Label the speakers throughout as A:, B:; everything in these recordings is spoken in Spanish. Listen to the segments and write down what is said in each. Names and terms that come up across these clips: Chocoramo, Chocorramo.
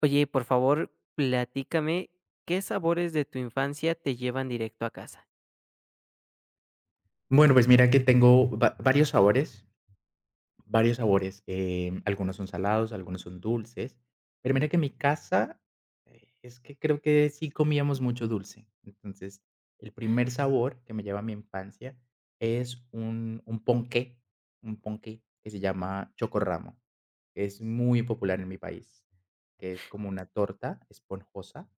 A: Oye, y por favor, platícame, ¿qué sabores de tu infancia te llevan directo a casa?
B: Bueno, pues mira que tengo varios sabores, varios sabores. Algunos son salados, algunos son dulces. Pero mira que en mi casa es que creo que sí comíamos mucho dulce. Entonces, el primer sabor que me lleva a mi infancia es un ponqué, un ponqué que se llama chocorramo, que es muy popular en mi país, que es como una torta esponjosa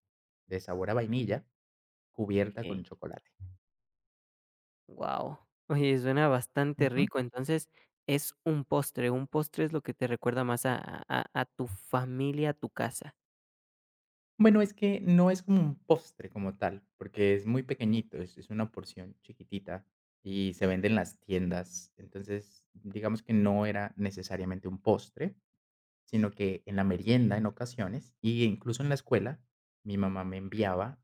B: de sabor a vainilla cubierta
A: Wow.
B: con chocolate.
A: Oye, suena bastante rico. Entonces, es un postre es lo que te recuerda más a tu familia, a tu casa.
B: Bueno, es que no es como un postre como tal, porque es muy pequeñito, es una porción chiquitita y se vende en las tiendas. Entonces, digamos que no era necesariamente un postre, sino que en la merienda en ocasiones, y incluso en la escuela, mi mamá me enviaba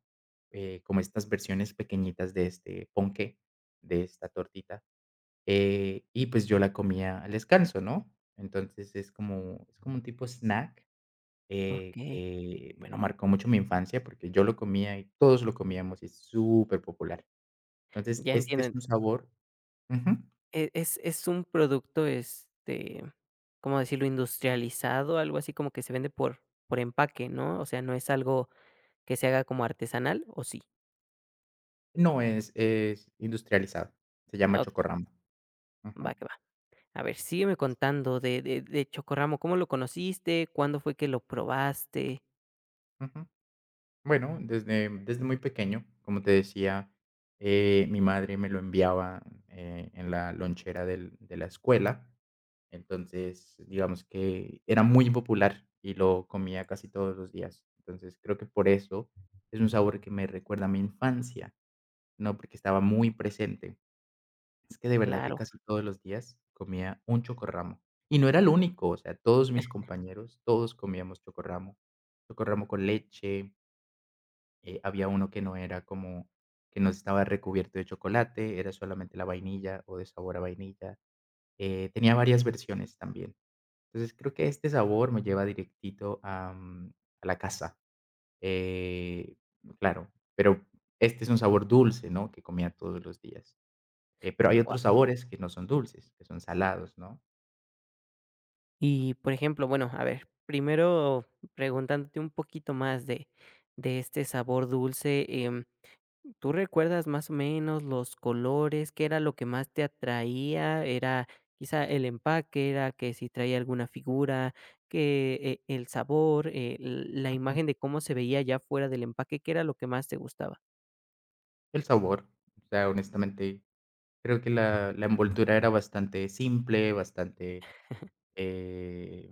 B: como estas versiones pequeñitas de este ponqué, de esta tortita, y pues yo la comía al descanso, ¿no? Entonces es como un tipo snack,
A: Okey,
B: que, bueno, marcó mucho mi infancia, porque yo lo comía y todos lo comíamos, y es superpopular. Entonces,
A: ya
B: este es
A: entiendo.
B: un sabor. Ujú.
A: Es un producto, este, ¿cómo decirlo? Industrializado, algo así como que se vende por empaque, ¿no? O sea, no es algo que se haga como artesanal, ¿o sí?
B: No, es industrializado, se llama
A: Ah, ok,
B: Chocorramo. Ujú,
A: va que va. A ver, sígueme contando de Chocoramo, ¿cómo lo conociste? ¿Cuándo fue que lo probaste?
B: ujú. Bueno, desde muy pequeño, como te decía, mi madre me lo enviaba, en la lonchera del de la escuela. Entonces, digamos que era muy popular y lo comía casi todos los días. Entonces, creo que por eso es un sabor que me recuerda a mi infancia, ¿no? Porque estaba muy presente. Es que de verdad que
A: Claro,
B: casi todos los días comía un chocorramo. Y no era el único, o sea, todos mis compañeros, todos comíamos chocorramo. Chocorramo con leche, había uno que no era como, que no estaba recubierto de chocolate, era solamente la vainilla o de sabor a vainilla. Tenía varias versiones también. Entonces, creo que este sabor me lleva directito a la casa. Eh, claro, pero este es un sabor dulce, ¿no? Que comía todos los días. Pero hay
A: gua
B: otros sabores que no son dulces, que son salados, ¿no?
A: y, por ejemplo, bueno, a ver, primero preguntándote un poquito más de este sabor dulce, ¿tú recuerdas más o menos los colores? ¿Qué era lo que más te atraía? ¿Era quizá el empaque? ¿Era que si traía alguna figura? ¿Que, el sabor? L la
B: Ujú.
A: imagen de cómo se veía ya fuera del empaque? ¿Qué era lo que más te gustaba?
B: El sabor, o sea, honestamente, creo que la envoltura era bastante simple, bastante eh,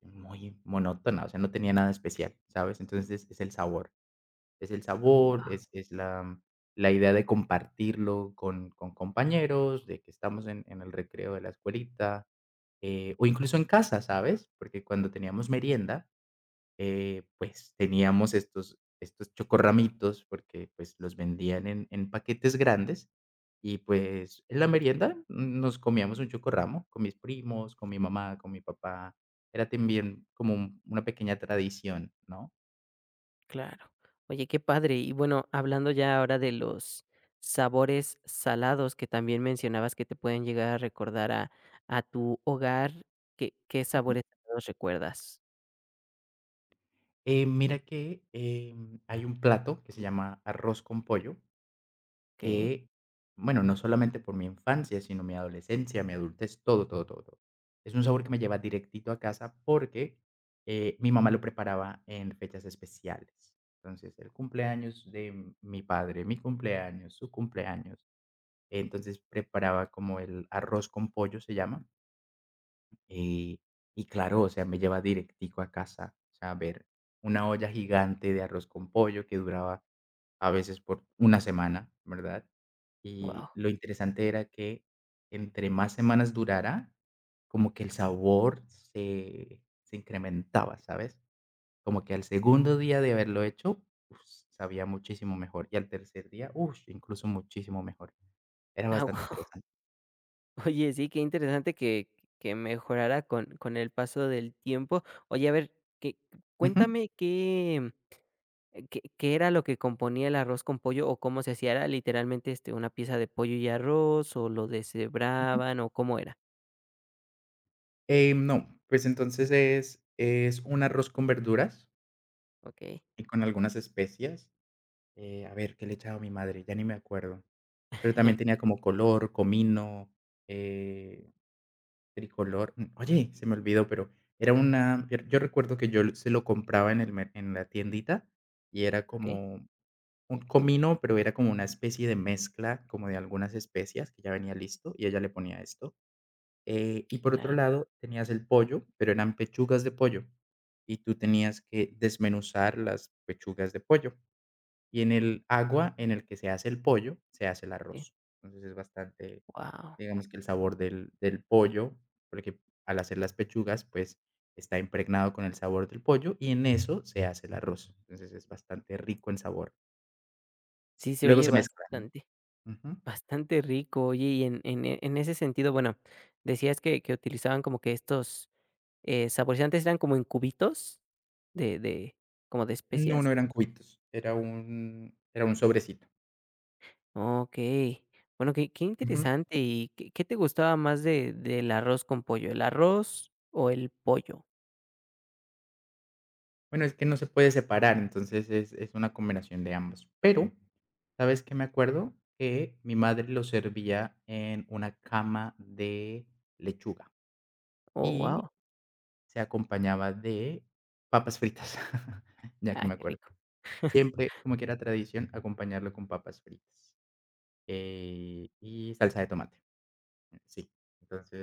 B: pues, muy monótona, o sea, no tenía nada especial, ¿sabes? Entonces, es el sabor. Es el sabor, es la idea de compartirlo con compañeros, de que estamos en el recreo de la escuelita, o incluso en casa, ¿sabes? Porque cuando teníamos merienda, pues, teníamos estos chocorramitos, porque, pues, los vendían en paquetes grandes y, pues, en la merienda nos comíamos un chocorramo con mis primos, con mi mamá, con mi papá. Era también como un una pequeña tradición, ¿no?
A: Claro. Oye, qué padre. Y bueno, hablando ya ahora de los sabores salados que también mencionabas que te pueden llegar a recordar a tu hogar, ¿qué
B: Ujú.
A: sabores salados recuerdas?
B: Mira que, hay un plato que se llama arroz con pollo,
A: Ok,
B: que, bueno, no solamente por mi infancia, sino mi adolescencia, mi adultez, todo, todo, todo, todo. Es un sabor que me lleva directito a casa porque, mi mamá lo preparaba en fechas especiales. Entonces, el cumpleaños de mi padre, mi cumpleaños, su cumpleaños. Entonces, preparaba como el arroz con pollo, se llama. Y y claro, o sea, me lleva directico a casa, o sea, a ver una olla gigante de arroz con pollo que duraba a veces por una semana, ¿verdad?
A: wow.
B: Y lo interesante era que entre más semanas durara, como que el sabor se incrementaba, ¿sabes? Como que al segundo día de haberlo hecho, uf, sabía muchísimo mejor, y al tercer día, uf, incluso muchísimo mejor. Era
A: Ah,
B: bastante
A: guau.
B: interesante.
A: Oye, sí, qué interesante que mejorara con el paso del tiempo. Oye, a ver, que,
B: Ujú,
A: cuéntame qué era lo que componía el arroz con pollo o cómo se hacía. ¿Era literalmente este, una pieza de pollo y arroz o lo
B: ujú.
A: deshebraban o cómo era?
B: No, pues entonces es un arroz con verduras
A: Ok.
B: y con algunas especias. A ver, ¿qué le echaba mi madre? Ya ni me acuerdo. Pero también tenía como color, comino, eh, tricolor. Oye, se me olvidó, pero era una yo yo recuerdo que yo se lo compraba en el mer en la tiendita y era
A: Okey,
B: como un comino, pero era como una especie de mezcla, como de algunas especias que ya venía listo y ella le ponía esto. Y por otro
A: claro.
B: lado, tenías el pollo, pero eran pechugas de pollo, y tú tenías que desmenuzar las pechugas de pollo. Y en el agua en el que se hace el pollo, se hace el
A: Wow.
B: arroz. Entonces es bastante, digamos que el sabor del, del pollo, porque al hacer las pechugas, pues está impregnado con el sabor del pollo y en eso se hace el arroz. Entonces es bastante rico en sabor.
A: Sí, se
B: Luego
A: oye
B: se mezclan.
A: bastante,
B: Ujú.
A: bastante rico. Oye, y en ese sentido, bueno, decías que utilizaban como que estos, saborizantes, ¿eran como en cubitos de como de
B: No,
A: especias?
B: no eran cubitos, era un sobrecito.
A: Okey. Bueno, qué qué
B: Ujú.
A: interesante. ¿Y qué qué te gustaba más de del arroz con pollo, el arroz o el pollo?
B: Bueno, es que no se puede separar, entonces es una combinación de ambos. Pero, ¿sabes qué me acuerdo? Que mi madre lo servía en una cama de lechuga
A: Oh,
B: y
A: wow.
B: se acompañaba de papas fritas, ya que
A: Ah,
B: me
A: qué
B: acuerdo.
A: rico.
B: Siempre, como que era tradición, acompañarlo con papas fritas, y salsa de tomate, sí.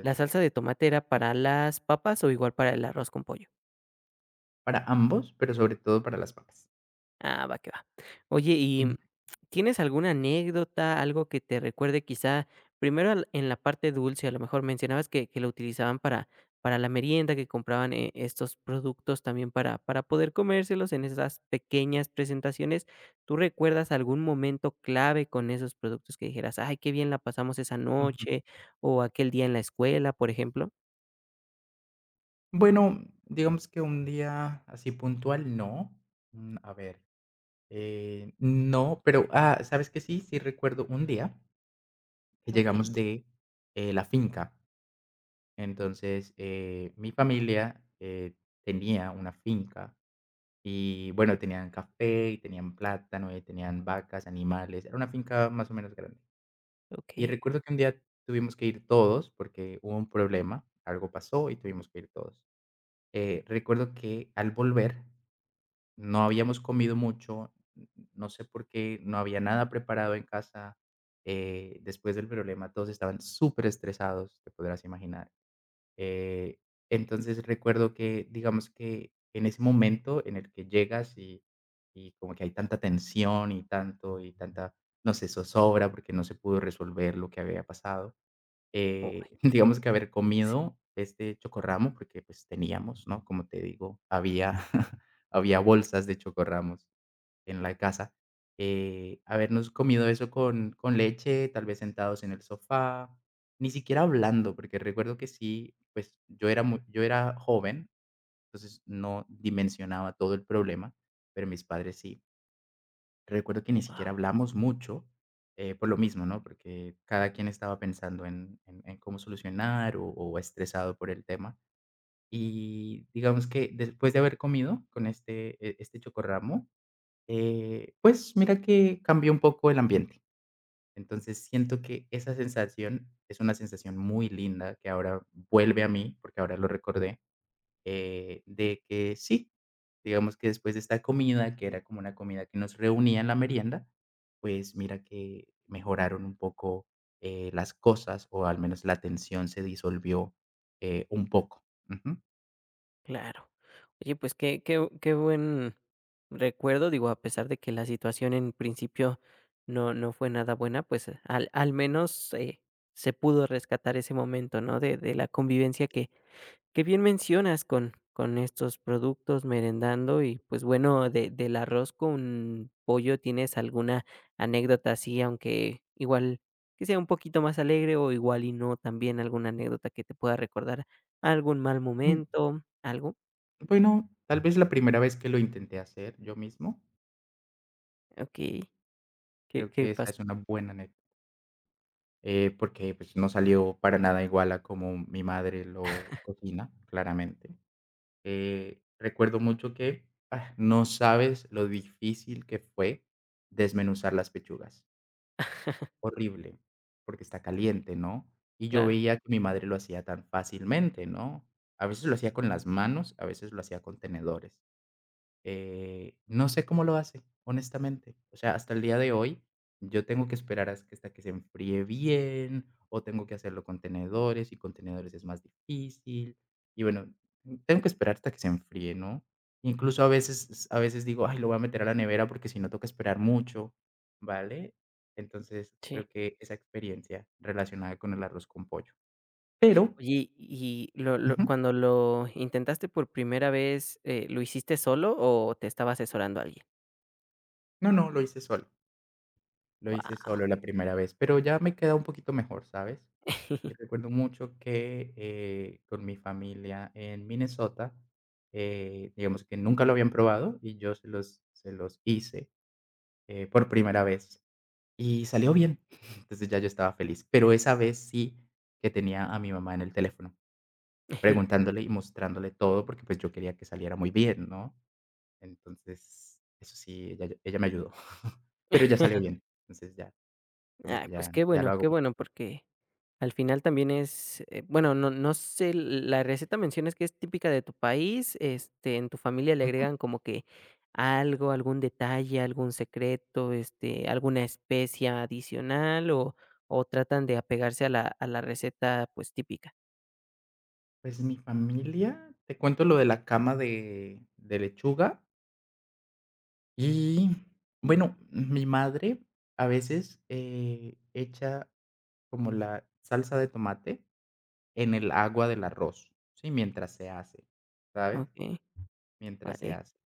A: ¿La salsa de tomate era para las papas o igual para el arroz con pollo?
B: para ambos, pero sobre todo para las papas.
A: Ah, va que va. Oye, ¿y tienes alguna anécdota, algo que te recuerde quizá, primero en la parte dulce, a lo mejor mencionabas que lo utilizaban para la merienda, que compraban estos productos también para poder comérselos en esas pequeñas presentaciones? ¿Tú recuerdas algún momento clave con esos productos que dijeras, ay, qué bien la pasamos esa
B: Ujú.
A: noche o aquel día en la escuela, por ejemplo?
B: Bueno, digamos que un día así puntual, no. A ver, no, pero, ah, ¿sabes qué? Sí, sí recuerdo un día que
A: A ver,
B: llegamos de la finca. Entonces, mi familia tenía una finca y, bueno, tenían café, y tenían plátano, y tenían vacas, animales. Era una finca más o menos grande. Y
A: ok.
B: recuerdo que un día tuvimos que ir todos porque hubo un problema, algo pasó y tuvimos que ir todos. Recuerdo que al volver no habíamos comido mucho, n no sé por qué, no había nada preparado en casa, después del problema todos estaban súper estresados, te podrás imaginar. eh, entonces recuerdo que, digamos que en ese momento en el que llegas y como que hay tanta tensión y tanto y tanta, no sé, zozobra porque no se pudo resolver lo que había pasado.
A: Oh.
B: Digamos que haber comido este chocorramo, porque, pues, teníamos, ¿no? Como te digo, había había bolsas de chocorramos en la casa. Habernos comido eso con leche, tal vez sentados en el sofá, ni siquiera hablando, porque recuerdo que sí, pues, yo era muy, yo era joven, entonces no dimensionaba todo el problema, pero mis padres sí. Recuerdo que ni siquiera hablamos mucho, por lo mismo, ¿no? Porque cada quien estaba pensando en cómo solucionar o estresado por el tema. Y digamos que después de haber comido con este chocorramo, pues mira que cambió un poco el ambiente. Entonces siento que esa sensación es una sensación muy linda que ahora vuelve a mí, porque ahora lo recordé, de que sí, digamos que después de esta comida, que era como una comida que nos reunía en la merienda, pues mira que mejoraron un poco las cosas o al menos la tensión se disolvió un poco. Ujú.
A: Claro. Oye, pues qué qué qué buen recuerdo, digo, a pesar de que la situación en principio no fue nada buena, pues al al menos, se pudo rescatar ese momento, ¿no? De la convivencia que bien mencionas con estos productos, merendando y, pues, bueno, de del arroz con pollo, ¿tienes alguna anécdota así, aunque igual que sea un poquito más alegre o igual y no, también alguna anécdota que te pueda recordar algún mal
B: Mm,
A: momento, algo?
B: Bueno, tal vez la primera vez que lo intenté hacer yo mismo,
A: Okey, ¿qué
B: creo
A: qué
B: que esa es
A: pasa?
B: una buena anécdota, porque pues no salió para nada igual a como mi madre lo cocina, claramente. Recuerdo mucho que, ah, no sabes lo difícil que fue desmenuzar las pechugas. Horrible, porque está caliente, ¿no? Y yo
A: Claro,
B: veía que mi madre lo hacía tan fácilmente, ¿no? A veces lo hacía con las manos, a veces lo hacía con tenedores. No sé cómo lo hace, honestamente. O sea, hasta el día de hoy, yo tengo que esperar hasta que se enfríe bien, o tengo que hacerlo con tenedores, y con tenedores es más difícil. Y bueno, tengo que esperar hasta que se enfríe, ¿no? Incluso a veces digo, ay, lo voy a meter a la nevera porque si no toca esperar mucho, ¿vale? Entonces,
A: sí.
B: creo que esa experiencia relacionada con el arroz con pollo. Pero,
A: Oye, y lo
B: ujú,
A: cuando lo intentaste por primera vez, ¿lo hiciste solo o te estaba asesorando alguien?
B: no, no, lo hice solo. Lo hice
A: Guau.
B: solo la primera vez, pero ya me queda un poquito mejor, ¿sabes? Y recuerdo mucho que, con mi familia en Minnesota, digamos que nunca lo habían probado y yo se los hice, por primera vez y salió bien. Entonces, ya yo estaba feliz, pero esa vez sí que tenía a mi mamá en el teléfono, preguntándole y mostrándole todo, porque, pues, yo quería que saliera muy bien, ¿no? Entonces, eso sí, ella me ayudó, pero ya salió bien. Entonces, ya como
A: Ay,
B: que
A: pues
B: ya ya lo hago.
A: qué bueno, porque al final también es, bueno, no, no sé, la receta mencionas que es típica de tu país, este, en tu familia le agregan como que algo, algún detalle, algún secreto, este, alguna especia adicional o tratan de apegarse a la receta pues típica.
B: Pues mi familia, te cuento lo de la cama de lechuga y, bueno, mi madre a veces, echa como la salsa de tomate en el agua del arroz, ¿sí? Mientras se hace, ¿sabes?
A: Ok,
B: Mientras se
A: vale.
B: hace.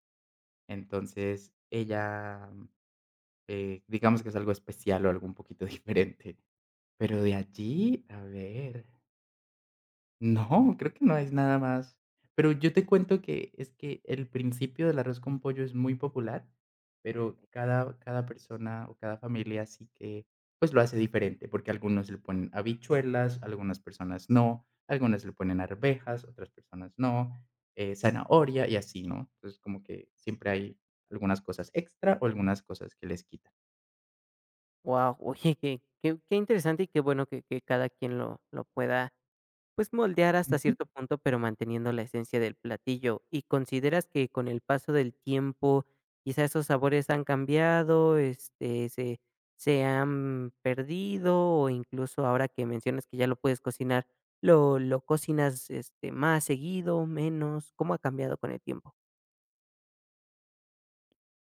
B: Entonces, ella, digamos que es algo especial o algo un poquito diferente. Pero de allí, a ver. No, creo que no es nada más. Pero yo te cuento que es que el principio del arroz con pollo es muy popular, pero cada, cada persona o cada familia sí que pues lo hace diferente, porque algunos le ponen habichuelas, algunas personas no, algunas le ponen arvejas, otras personas no, zanahoria y así, ¿no? Entonces como que siempre hay algunas cosas extra o algunas cosas que les quitan.
A: Wow, oye, qué, qué, qué interesante y qué bueno que cada quien lo pueda pues moldear hasta cierto punto, pero manteniendo la esencia del platillo. ¿Y consideras que con el paso del tiempo quizá esos sabores han cambiado, este, se han perdido o incluso ahora que mencionas que ya lo puedes cocinar, lo cocinas este, más seguido, menos? ¿Cómo ha cambiado con el tiempo?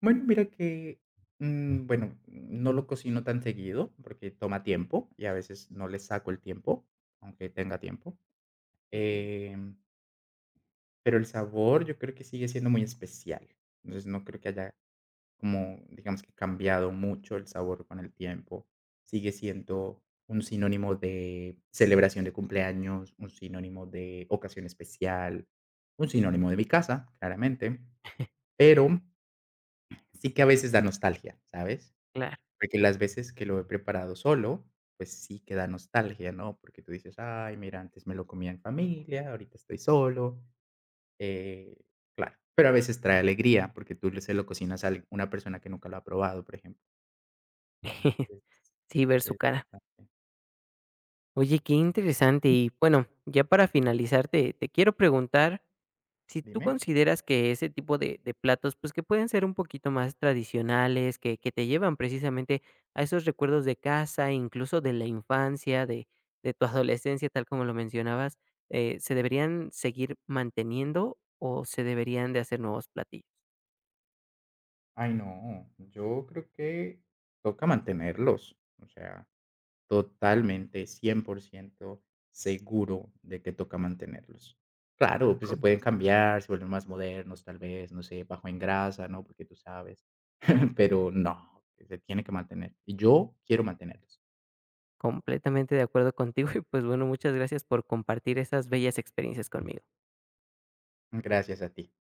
B: Bueno, mira que, bueno, no lo cocino tan seguido porque toma tiempo y a veces no le saco el tiempo, aunque tenga tiempo.
A: Ok,
B: Em, pero el sabor yo creo que sigue siendo muy especial. Entonces no creo que haya como, digamos que cambiado mucho el sabor con el tiempo. Sigue siendo un sinónimo de celebración de cumpleaños, un sinónimo de ocasión especial, un sinónimo de mi casa, claramente. Pero sí que a veces da nostalgia, ¿sabes?
A: claro.
B: Porque las veces que lo he preparado solo, pues sí que da nostalgia, ¿no? Porque tú dices: "Ay, mira, antes me lo comía en familia, ahorita estoy solo", eh, claro, pero a veces trae alegría, porque tú le se lo cocinas a al una persona que nunca lo ha probado, por ejemplo. Es
A: Sí, ver su
B: es
A: cara.
B: bastante.
A: Oye, qué interesante.
B: ¿Y?
A: Y bueno, ya para finalizar, te quiero preguntar. Si tú
B: ¿Dime?
A: consideras que ese tipo de platos, pues, que pueden ser un poquito más tradicionales, que te llevan precisamente a esos recuerdos de casa, incluso de la infancia, de tu adolescencia, tal como lo mencionabas, ¿se deberían seguir manteniendo o se deberían de hacer nuevos platillos?
B: Ay, no, yo creo que toca mantenerlos, o sea. Totalmente, 100% seguro de que toca mantenerlos. Claro, pues se
A: Com
B: pueden cambiar, se vuelven más modernos, tal vez, no sé, bajo en grasa, ¿no? Porque tú sabes, pero no, se tiene que mantener. Y yo quiero mantenerlos.
A: completamente de acuerdo contigo y, pues, bueno, muchas gracias por compartir esas bellas experiencias conmigo.
B: Gracias a ti.